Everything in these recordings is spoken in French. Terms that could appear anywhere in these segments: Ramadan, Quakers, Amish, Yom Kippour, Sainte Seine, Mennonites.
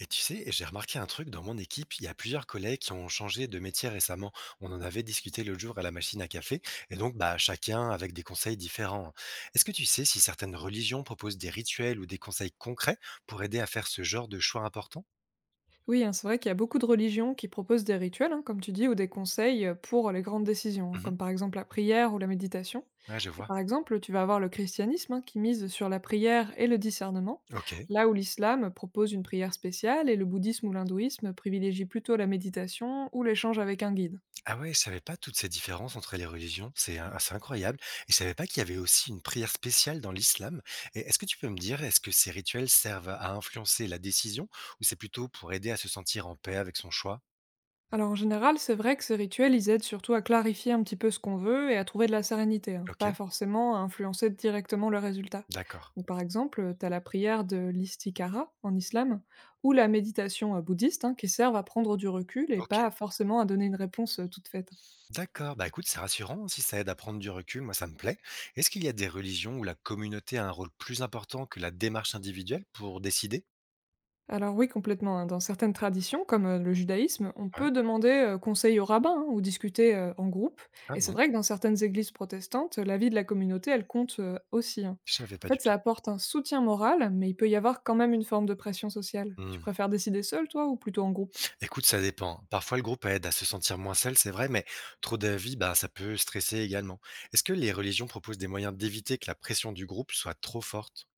Et tu sais, j'ai remarqué un truc dans mon équipe, il y a plusieurs collègues qui ont changé de métier récemment. On en avait discuté l'autre jour à la machine à café, et donc bah, chacun avec des conseils différents. Est-ce que tu sais si certaines religions proposent des rituels ou des conseils concrets pour aider à faire ce genre de choix important? Oui, hein, c'est vrai qu'il y a beaucoup de religions qui proposent des rituels, hein, comme tu dis, ou des conseils pour les grandes décisions, hein, Mhm. comme par exemple la prière ou la méditation. Ouais, je Et vois. par exemple, tu vas avoir le christianisme hein, qui mise sur la prière et le discernement, Ok. là où l'islam propose une prière spéciale et le bouddhisme ou l'hindouisme privilégient plutôt la méditation ou l'échange avec un guide. Ah ouais, je savais pas toutes ces différences entre les religions, c'est c'est incroyable. Et je savais pas qu'il y avait aussi une prière spéciale dans l'islam. Et est-ce que tu peux me dire, est-ce que ces rituels servent à influencer la décision ou c'est plutôt pour aider à se sentir en paix avec son choix? Alors en général, c'est vrai que ces rituels, ils aident surtout à clarifier un petit peu ce qu'on veut et à trouver de la sérénité, hein, OK, pas forcément à influencer directement le résultat. d'accord. Donc, par exemple, tu as la prière de l'istikara en islam ou la méditation bouddhiste hein, qui servent à prendre du recul et OK, pas forcément à donner une réponse toute faite. d'accord. Bah, écoute, c'est rassurant si ça aide à prendre du recul, moi ça me plaît. Est-ce qu'il y a des religions où la communauté a un rôle plus important que la démarche individuelle pour décider? Alors oui, complètement, hein. Dans certaines traditions, comme le judaïsme, on Ouais. peut demander conseil au rabbin hein, ou discuter en groupe. Ah Et c'est bon? vrai que dans certaines églises protestantes, la vie de la communauté, elle compte aussi, hein. Je savais En pas fait, du ça tout. apporte un soutien moral, mais il peut y avoir quand même une forme de pression sociale. Tu Hmm. préfères décider seul, toi, ou plutôt en groupe? Écoute, ça dépend. Parfois, le groupe aide à se sentir moins seul, c'est vrai, mais trop d'avis, bah, ça peut stresser également. Est-ce que les religions proposent des moyens d'éviter que la pression du groupe soit trop forte?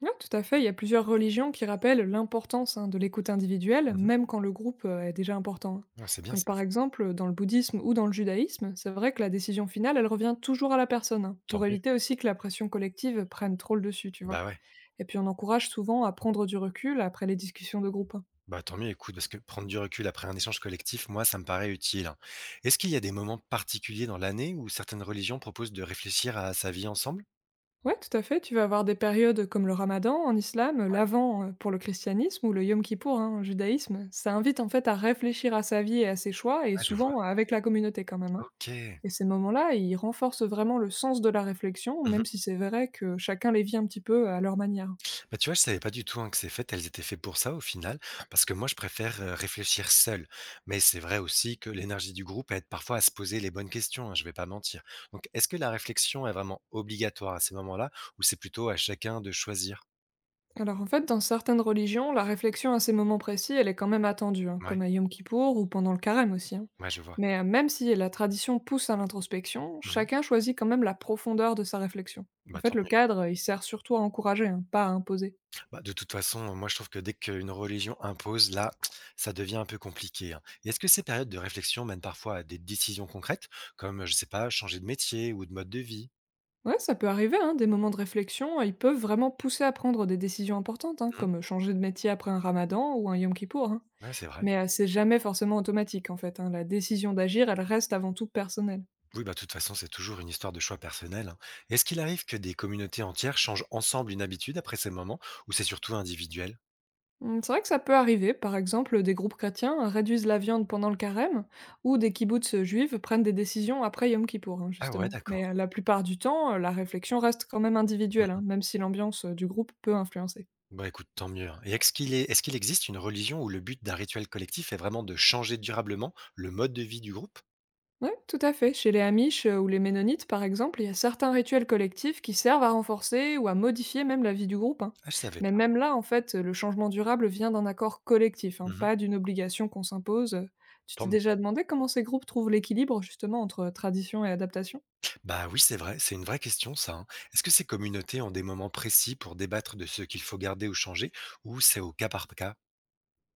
Ouais, tout à fait. Il y a plusieurs religions qui rappellent l'importance hein, de l'écoute individuelle, Mhm. même quand le groupe est déjà important, hein. Ouais, c'est bien Donc, ça. par exemple, dans le bouddhisme ou dans le judaïsme, c'est vrai que la décision finale, elle revient toujours à la personne, hein, Tant pour mieux. éviter aussi que la pression collective prenne trop le dessus, tu vois. Bah ouais. Et puis, on encourage souvent à prendre du recul après les discussions de groupe, hein. Bah, tant mieux, écoute, parce que prendre du recul après un échange collectif, moi, ça me paraît utile, hein. Est-ce qu'il y a des moments particuliers dans l'année où certaines religions proposent de réfléchir à sa vie ensemble? Ouais, tout à fait. Tu vas avoir des périodes comme le Ramadan en islam, l'Avent pour le christianisme ou le Yom Kippour hein, en judaïsme. Ça invite en fait à réfléchir à sa vie et à ses choix, et Ah, je vois. souvent avec la communauté quand même, hein. Ok. Et ces moments-là, ils renforcent vraiment le sens de la réflexion, même Mhm. si c'est vrai que chacun les vit un petit peu à leur manière. Bah, tu vois, je savais pas du tout, hein, que ces fêtes, elles étaient faites pour ça au final, parce que moi, je préfère réfléchir seul. Mais c'est vrai aussi que l'énergie du groupe aide parfois à se poser les bonnes questions, hein, je vais pas mentir. Donc, est-ce que la réflexion est vraiment obligatoire à ces moments-là, ou c'est plutôt à chacun de choisir? Alors en fait, dans certaines religions, la réflexion à ces moments précis, elle est quand même attendue, hein, comme Ouais, à Yom Kippour ou pendant le carême aussi, hein. ouais, je vois. Mais même si la tradition pousse à l'introspection, Mhm. chacun choisit quand même la profondeur de sa réflexion. En Bah, fait, tant le mieux. cadre, il sert surtout à encourager, hein, pas à imposer. Bah, de toute façon, moi je trouve que dès qu'une religion impose, là, ça devient un peu compliqué, hein. Et est-ce que ces périodes de réflexion mènent parfois à des décisions concrètes, comme, je sais pas, changer de métier ou de mode de vie? Ouais, ça peut arriver, hein, des moments de réflexion, ils peuvent vraiment pousser à prendre des décisions importantes, hein, Hmm, comme changer de métier après un ramadan ou un Yom Kippour, hein. ouais, c'est vrai. Mais c'est jamais forcément automatique en fait, hein. La décision d'agir, elle reste avant tout personnelle. Oui, bah, de toute façon, c'est toujours une histoire de choix personnel, hein. Est-ce qu'il arrive que des communautés entières changent ensemble une habitude après ces moments, ou c'est surtout individuel? Mmh, c'est vrai que ça peut arriver. Par exemple, des groupes chrétiens hein, réduisent la viande pendant le carême ou des kibboutz, juives prennent des décisions après Yom Kippour, hein, Ah ouais, justement. d'accord. Mais la plupart du temps, la réflexion reste quand même individuelle, hein, Mhm. même si l'ambiance, du groupe peut influencer. Bah écoute, tant mieux, hein. Et est-ce qu'il existe une religion où le but d'un rituel collectif est vraiment de changer durablement le mode de vie du groupe? Oui, tout à fait. Chez les Amish ou les Ménonites, par exemple, il y a certains rituels collectifs qui servent à renforcer ou à modifier même la vie du groupe, hein. Ah, je savais Mais pas. même là, en fait, le changement durable vient d'un accord collectif, hein, Mhm. pas d'une obligation qu'on s'impose. Tu Tant t'es mieux. déjà demandé comment ces groupes trouvent l'équilibre justement entre tradition et adaptation? Bah oui, c'est vrai, c'est une vraie question ça, hein. Est-ce que ces communautés ont des moments précis pour débattre de ce qu'il faut garder ou changer, ou c'est au cas par cas?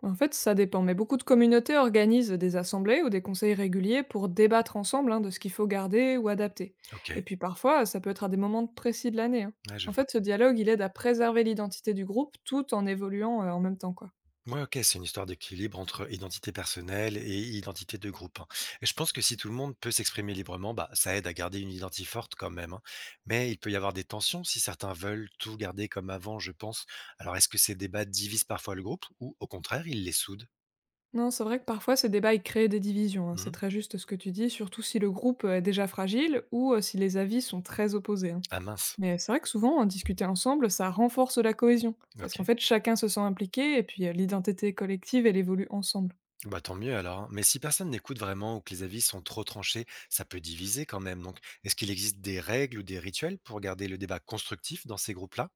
En fait, ça dépend, mais beaucoup de communautés organisent des assemblées ou des conseils réguliers pour débattre ensemble hein, de ce qu'il faut garder ou adapter. Ok, Et puis parfois, ça peut être à des moments précis de l'année, hein. ouais, je En vois. fait, ce dialogue, il aide à préserver l'identité du groupe tout en évoluant en même temps, quoi. Ouais, ok, c'est une histoire d'équilibre entre identité personnelle et identité de groupe, hein. Et je pense que si tout le monde peut s'exprimer librement, bah ça aide à garder une identité forte quand même, hein. Mais il peut y avoir des tensions si certains veulent tout garder comme avant, je pense. Alors est-ce que ces débats divisent parfois le groupe, ou au contraire, ils les soudent? Non, c'est vrai que parfois, ces débats, ils créent des divisions, hein. C'est Mhm. très juste ce que tu dis, surtout si le groupe est déjà fragile ou si les avis sont très opposés, hein. Ah mince, Mais c'est vrai que souvent, en discuter ensemble, ça renforce la cohésion. Parce ok. qu'en fait, chacun se sent impliqué et puis l'identité collective, elle évolue ensemble. Bah, tant mieux alors, hein. Mais si personne n'écoute vraiment ou que les avis sont trop tranchés, ça peut diviser quand même. Donc, est-ce qu'il existe des règles ou des rituels pour garder le débat constructif dans ces groupes-là?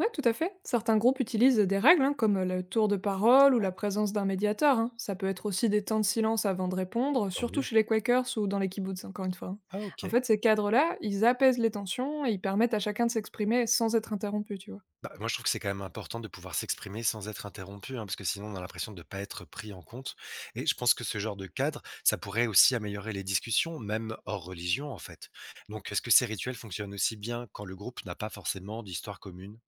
Ouais, tout à fait. Certains groupes utilisent des règles, hein, comme le tour de parole ou Ouais. la présence d'un médiateur, hein. Ça peut être aussi des temps de silence avant de répondre, Tant surtout mieux. chez les Quakers ou dans les kibbutz, encore une fois, hein. Ah, En ok. fait, ces cadres-là, ils apaisent les tensions et ils permettent à chacun de s'exprimer sans être interrompu, tu vois. Bah, moi, je trouve que c'est quand même important de pouvoir s'exprimer sans être interrompu, hein, parce que sinon, on a l'impression de ne pas être pris en compte. Et je pense que ce genre de cadre, ça pourrait aussi améliorer les discussions, même hors religion, en fait. Donc, est-ce que ces rituels fonctionnent aussi bien quand le groupe n'a pas forcément d'histoire commune?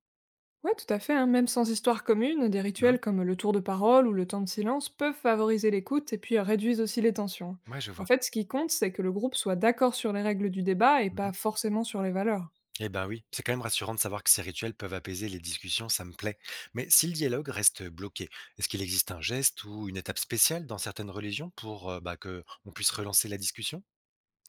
Ouais, tout à fait, hein. Même sans histoire commune, des Mhm. rituels comme le tour de parole ou le temps de silence peuvent favoriser l'écoute et puis réduisent aussi les tensions, hein. Ouais, je En vois. fait, ce qui compte, c'est que le groupe soit d'accord sur les règles du débat et pas forcément sur les valeurs. Eh ben oui, c'est quand même rassurant de savoir que ces rituels peuvent apaiser les discussions, ça me plaît. Mais si le dialogue reste bloqué, est-ce qu'il existe un geste ou une étape spéciale dans certaines religions pour bah, que on puisse relancer la discussion?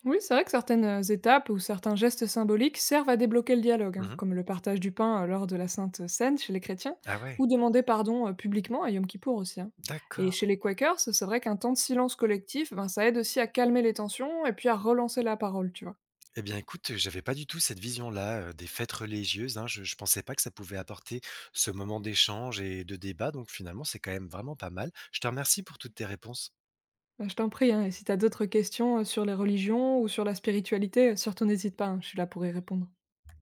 Oui, c'est vrai que certaines étapes ou certains gestes symboliques servent à débloquer le dialogue, hein, Mhm. comme le partage du pain lors de la Sainte Seine chez les chrétiens, Ah ou ouais, demander pardon publiquement à Yom Kippour aussi, hein. Et chez d'accord. les Quakers, c'est vrai qu'un temps de silence collectif, ben, ça aide aussi à calmer les tensions et puis à relancer la parole, tu vois. Eh bien écoute, j'avais pas du tout cette vision-là des fêtes religieuses, hein. Je pensais pas que ça pouvait apporter ce moment d'échange et de débat. Donc finalement, c'est quand même vraiment pas mal. Je te remercie pour toutes tes réponses. Ben, je t'en prie, hein, et si t'as d'autres questions sur les religions ou sur la spiritualité, surtout n'hésite pas, hein, je suis là pour y répondre.